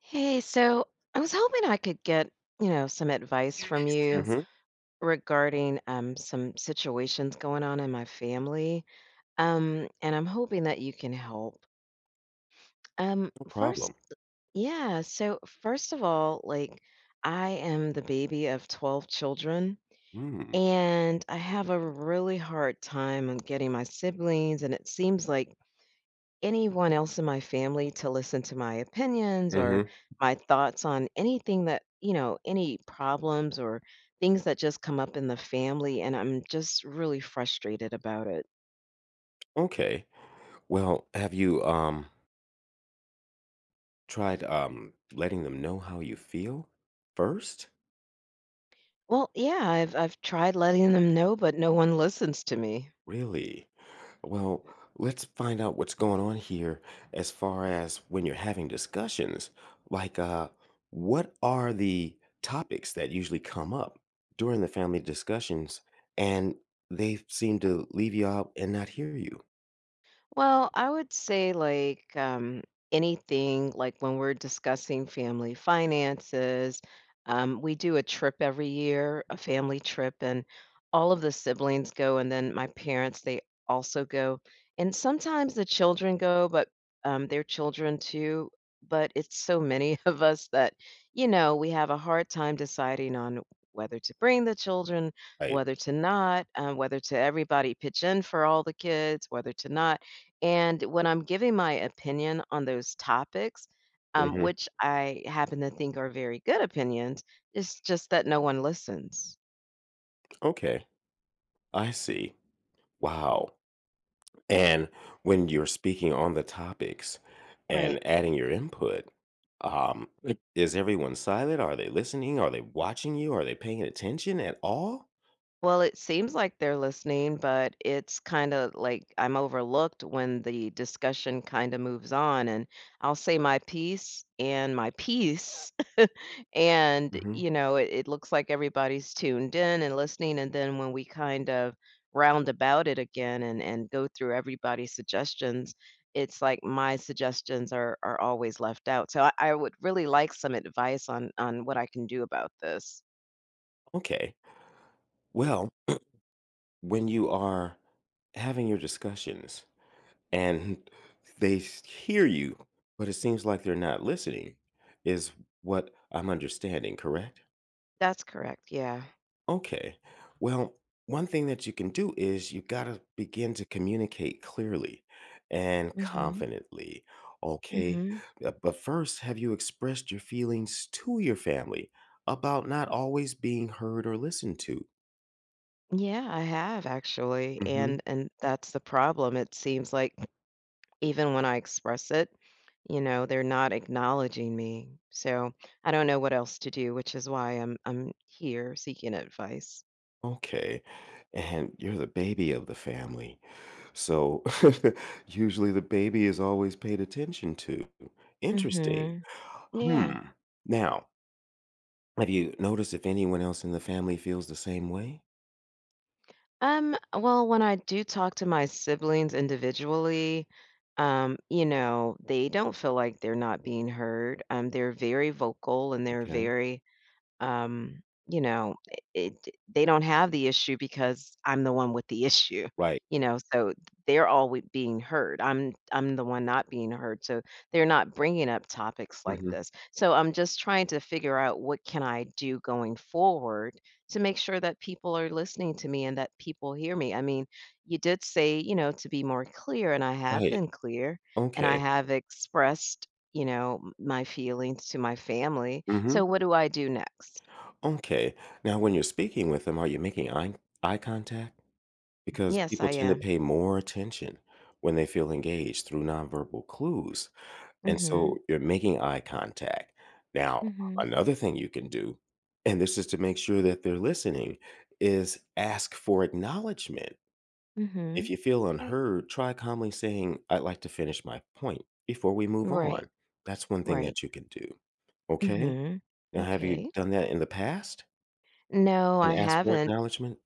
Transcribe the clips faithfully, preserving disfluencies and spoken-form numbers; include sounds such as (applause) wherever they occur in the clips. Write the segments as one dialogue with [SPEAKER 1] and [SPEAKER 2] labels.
[SPEAKER 1] Hey, so I was hoping I could get, you know, some advice from you
[SPEAKER 2] Mhm.
[SPEAKER 1] regarding um some situations going on in my family. Um, and I'm hoping that you can help. Um,
[SPEAKER 2] No
[SPEAKER 1] first,
[SPEAKER 2] problem.
[SPEAKER 1] yeah, so first of all, like I am the baby of twelve children,
[SPEAKER 2] Mm.
[SPEAKER 1] and I have a really hard time on getting my siblings, and it seems like anyone else in my family to listen to my opinions or
[SPEAKER 2] Mhm.
[SPEAKER 1] my thoughts on anything that, you know, any problems or things that just come up in the family, and I'm just really frustrated about it.
[SPEAKER 2] Okay. Well, have you, um, tried, um, letting them know how you feel first?
[SPEAKER 1] Well, yeah, I've I've tried letting them know, but no one listens to me.
[SPEAKER 2] Really? Well, let's find out what's going on here as far as when you're having discussions. Like, uh, what are the topics that usually come up during the family discussions, and they seem to leave you out and not hear you?
[SPEAKER 1] Well, I would say like um, anything, like when we're discussing family finances. Um, we do a trip every year, a family trip, and all of the siblings go, and then my parents, they also go. And sometimes the children go, but um, their children too. But it's so many (laughs) of us that, you know, we have a hard time deciding on whether to bring the children,
[SPEAKER 2] Right.
[SPEAKER 1] whether to not, um, whether to everybody pitch in for all the kids, whether to not, and when I'm giving my opinion on those topics, um,
[SPEAKER 2] Mhm.
[SPEAKER 1] which I happen to think are very good opinions, it's just that no one listens.
[SPEAKER 2] Okay. I see. Wow. And when you're speaking on the topics
[SPEAKER 1] Right.
[SPEAKER 2] and adding your input, um, i- is everyone silent? Are they listening? Are they watching you? Are they paying attention at all?
[SPEAKER 1] Well, it seems like they're listening, but it's kinda like I'm overlooked when the discussion kinda moves on, and I'll say my piece and my piece, (laughs) and,
[SPEAKER 2] Hmm.
[SPEAKER 1] you know, it it looks like everybody's tuned in and listening, and then when we kind of round about it again and and go through everybody's suggestions, it's like my suggestions are are always left out. So I I would really like some advice on on what I can do about this.
[SPEAKER 2] Okay. Well, when you are having your discussions and they s- hear you, but it seems like they're not listening, is what I'm understanding, correct?
[SPEAKER 1] That's correct, yeah.
[SPEAKER 2] Okay. Well, one thing that you can do is you got to begin to communicate clearly and
[SPEAKER 1] Mhm.
[SPEAKER 2] confidently. Okay.
[SPEAKER 1] Mhm.
[SPEAKER 2] Uh, But first, have you expressed your feelings to your family about not always being heard or listened to?
[SPEAKER 1] Yeah, I have actually,
[SPEAKER 2] Hmm.
[SPEAKER 1] and and that's the problem. It seems like even when I express it, you know, they're not acknowledging me. So I don't know what else to do, which is why I'm I'm here seeking advice.
[SPEAKER 2] Okay. And you're the baby of the family. So (laughs) usually the baby is always paid attention to. Interesting.
[SPEAKER 1] Mhm. Yeah.
[SPEAKER 2] Hmm. Now, have you noticed if anyone else in the family feels the same way?
[SPEAKER 1] Um, well, when I do talk to my siblings individually, um, you know, they don't feel like they're not being heard. Um, they're very vocal and they're
[SPEAKER 2] Okay.
[SPEAKER 1] very Um, you know, it they don't have the issue because I'm the one with the issue,
[SPEAKER 2] Right.
[SPEAKER 1] you know, so they're always being heard. I'm I'm the one not being heard, so they're not bringing up topics like
[SPEAKER 2] Mhm.
[SPEAKER 1] this. So I'm just trying to figure out what can I do going forward to make sure that people are listening to me and that people hear me. I mean, you did say, you know, to be more clear, and I have
[SPEAKER 2] Right.
[SPEAKER 1] been clear, and I
[SPEAKER 2] Okay.
[SPEAKER 1] have expressed, you know, m my feelings to my family.
[SPEAKER 2] Mhm.
[SPEAKER 1] So what do I do next?
[SPEAKER 2] Okay. Now when you're speaking with them, are you making eye eye contact? Because
[SPEAKER 1] Yes, I
[SPEAKER 2] people tend to
[SPEAKER 1] am.
[SPEAKER 2] pay more attention when they feel engaged through nonverbal clues. And
[SPEAKER 1] Mhm.
[SPEAKER 2] so you're making eye contact. Now,
[SPEAKER 1] Mhm.
[SPEAKER 2] another thing you can do, and this is to make sure that they're listening, is ask for acknowledgement. If
[SPEAKER 1] Mhm.
[SPEAKER 2] you feel
[SPEAKER 1] Okay.
[SPEAKER 2] unheard, try calmly saying, I'd like to finish my point before we move
[SPEAKER 1] Right.
[SPEAKER 2] on. That's one thing
[SPEAKER 1] Right.
[SPEAKER 2] that you can do. Okay.
[SPEAKER 1] Mhm.
[SPEAKER 2] Now, have you
[SPEAKER 1] Okay.
[SPEAKER 2] done that in the past
[SPEAKER 1] No, I
[SPEAKER 2] and asked for
[SPEAKER 1] haven't.
[SPEAKER 2] acknowledgement?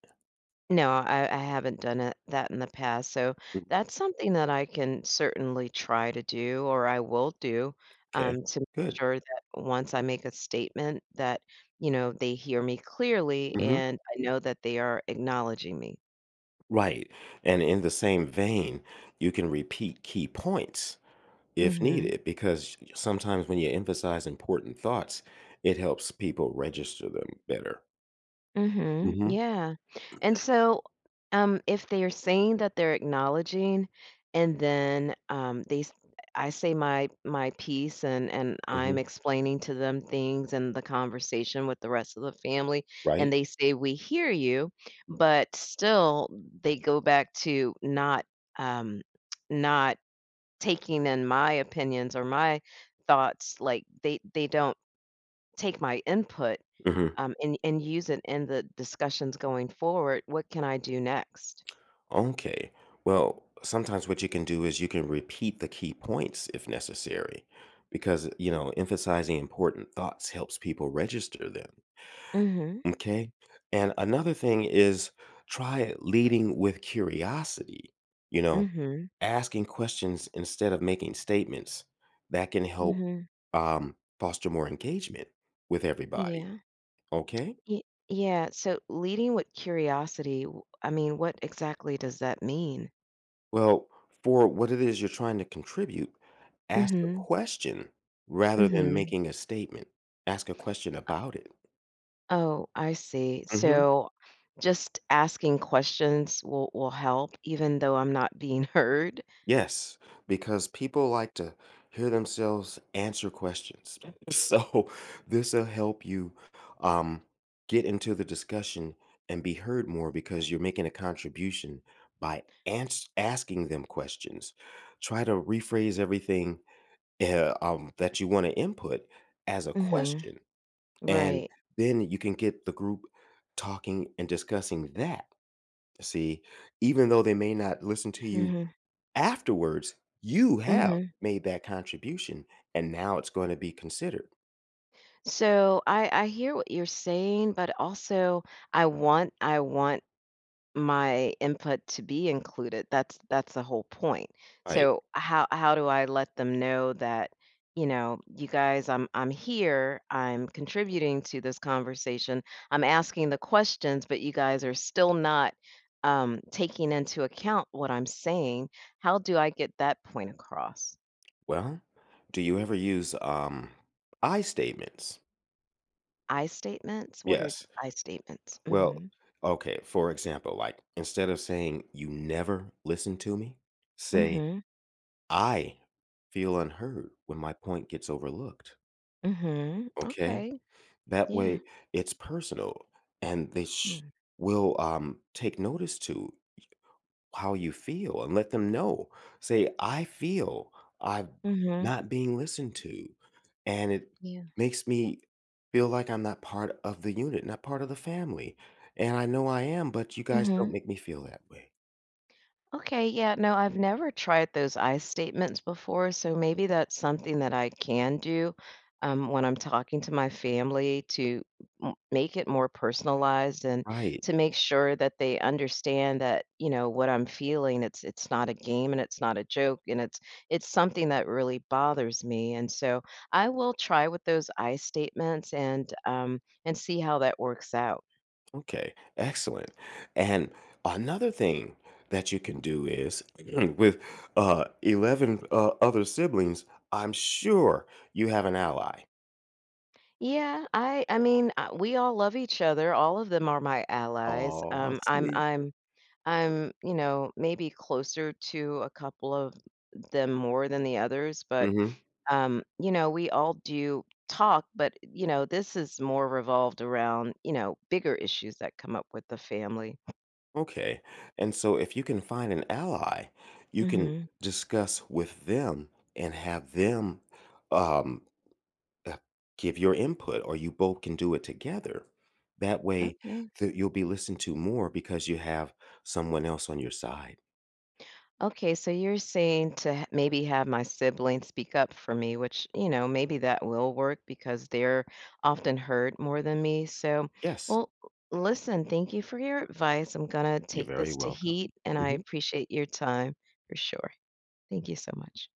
[SPEAKER 1] No, I, I haven't done it, that in the past. So that's something that I can certainly try to do, or I will do,
[SPEAKER 2] Okay.
[SPEAKER 1] um, to make
[SPEAKER 2] Good.
[SPEAKER 1] sure that once I make a statement that you know they hear me clearly,
[SPEAKER 2] Hmm.
[SPEAKER 1] and I know that they are acknowledging me.
[SPEAKER 2] Right. And in the same vein, you can repeat key points if
[SPEAKER 1] Hmm
[SPEAKER 2] needed, because sometimes when you emphasize important thoughts, it helps people register them better.
[SPEAKER 1] Mhm.
[SPEAKER 2] Hmm.
[SPEAKER 1] Yeah. And so, um, if they are saying that they're acknowledging, and then um, they, s- I say my my piece, and and
[SPEAKER 2] Hmm.
[SPEAKER 1] I'm explaining to them things and the conversation with the rest of the family, and
[SPEAKER 2] Right.
[SPEAKER 1] they say we hear you, but still they go back to not um, not taking in my opinions or my thoughts. Like they they don't take my input,
[SPEAKER 2] Hmm.
[SPEAKER 1] um, and and use it in the discussions going forward, "What can I do next?"
[SPEAKER 2] Okay. Well, sometimes what you can do is you can repeat the key points if necessary, because, you know, emphasizing important thoughts helps people register them.
[SPEAKER 1] mm Mhm.
[SPEAKER 2] Okay. And another thing is try leading with curiosity, you
[SPEAKER 1] mm
[SPEAKER 2] know,
[SPEAKER 1] Mhm.
[SPEAKER 2] asking questions instead of making statements. That can
[SPEAKER 1] mm
[SPEAKER 2] help
[SPEAKER 1] Mhm.
[SPEAKER 2] um, foster more engagement with everybody.
[SPEAKER 1] Yeah.
[SPEAKER 2] Okay.
[SPEAKER 1] Ye Yeah, so leading with curiosity, w I mean, what exactly does that mean?
[SPEAKER 2] Well, for what it is you're trying to contribute,
[SPEAKER 1] Mm
[SPEAKER 2] ask a
[SPEAKER 1] Mhm.
[SPEAKER 2] question
[SPEAKER 1] mm
[SPEAKER 2] rather than
[SPEAKER 1] Mhm.
[SPEAKER 2] making a statement. Ask a question
[SPEAKER 1] Uh,
[SPEAKER 2] about it.
[SPEAKER 1] oh, I see.
[SPEAKER 2] Mhm.
[SPEAKER 1] So, just asking questions will will help even though I'm not being (laughs) heard?
[SPEAKER 2] Yes, because people like to hear themselves answer questions. (laughs) So this will help you um, get into the discussion and be heard more because you're making a contribution by ans- asking them questions. Try to rephrase everything uh, um, that you want to input as a
[SPEAKER 1] Mm Mhm.
[SPEAKER 2] question. And
[SPEAKER 1] Right.
[SPEAKER 2] then you can get the group talking and discussing that. See, even though they may not listen to
[SPEAKER 1] mm
[SPEAKER 2] you
[SPEAKER 1] Mhm.
[SPEAKER 2] afterwards, you
[SPEAKER 1] mm
[SPEAKER 2] have
[SPEAKER 1] Mhm.
[SPEAKER 2] made that contribution and now it's going to be considered.
[SPEAKER 1] So, I I hear what you're saying, but also I want I want my input to be included. That's that's the whole point.
[SPEAKER 2] Right.
[SPEAKER 1] So how how do I let them know that, you know, you guys, I'm I'm here, I'm contributing to this conversation. I'm asking the questions, but you guys are still not um, taking into account what I'm saying. How do I get that point across?
[SPEAKER 2] Well, do you ever use um I statements?
[SPEAKER 1] I statements? What are
[SPEAKER 2] Yes.
[SPEAKER 1] I statements?
[SPEAKER 2] Well,
[SPEAKER 1] Mhm.
[SPEAKER 2] okay, for example, like instead of saying you never listen to me, say
[SPEAKER 1] Mhm.
[SPEAKER 2] I feel unheard when my point gets overlooked.
[SPEAKER 1] Mhm.
[SPEAKER 2] Okay?
[SPEAKER 1] Okay.
[SPEAKER 2] That
[SPEAKER 1] Yeah.
[SPEAKER 2] way, it's personal, and they sh
[SPEAKER 1] Mm.
[SPEAKER 2] will, um, take notice to how you feel and let them know. Say, "I feel I'm
[SPEAKER 1] Mhm.
[SPEAKER 2] not being listened to, and it
[SPEAKER 1] Yeah.
[SPEAKER 2] makes me feel like I'm not part of the unit, not part of the family, and I know I am, but you guys don't
[SPEAKER 1] Mhm.
[SPEAKER 2] make me feel that way."
[SPEAKER 1] Okay, yeah, no, I've never tried those I statements before, so maybe that's something that I can do um, when I'm talking to my family to m- make it more personalized and
[SPEAKER 2] Right.
[SPEAKER 1] to make sure that they understand that you know what I'm feeling. It's it's not a game and it's not a joke and it's it's something that really bothers me. And so I will try with those I statements and um, and see how that works out.
[SPEAKER 2] Okay, excellent. And another thing that you can do is (clears throat) with uh, eleven uh, other siblings, I'm sure you have an ally.
[SPEAKER 1] Yeah, I I mean, uh, we all love each other. All of them are my allies.
[SPEAKER 2] Oh,
[SPEAKER 1] Um, I'm
[SPEAKER 2] sweet.
[SPEAKER 1] I'm I'm, you know, maybe closer to a couple of them more than the others, but
[SPEAKER 2] Hmm.
[SPEAKER 1] um, you know, we all do talk, but you know, this is more revolved around, you know, bigger issues that come up with the family.
[SPEAKER 2] Okay. And so if you can find an ally, you can
[SPEAKER 1] Mhm.
[SPEAKER 2] discuss with them and have them um, uh, give your input, or you both can do it together. That way,
[SPEAKER 1] Okay.
[SPEAKER 2] th- you'll be listened to more because you have someone else on your side.
[SPEAKER 1] Okay, so you're saying to h- maybe have my siblings speak up for me, which, you know, maybe that will work because they're often hurt more than me. So,
[SPEAKER 2] Yes.
[SPEAKER 1] well, listen, thank you for your advice. I'm going to
[SPEAKER 2] You're
[SPEAKER 1] take
[SPEAKER 2] very
[SPEAKER 1] this to
[SPEAKER 2] welcome.
[SPEAKER 1] heat, and I
[SPEAKER 2] Mhm.
[SPEAKER 1] appreciate your time for sure. Thank you so much.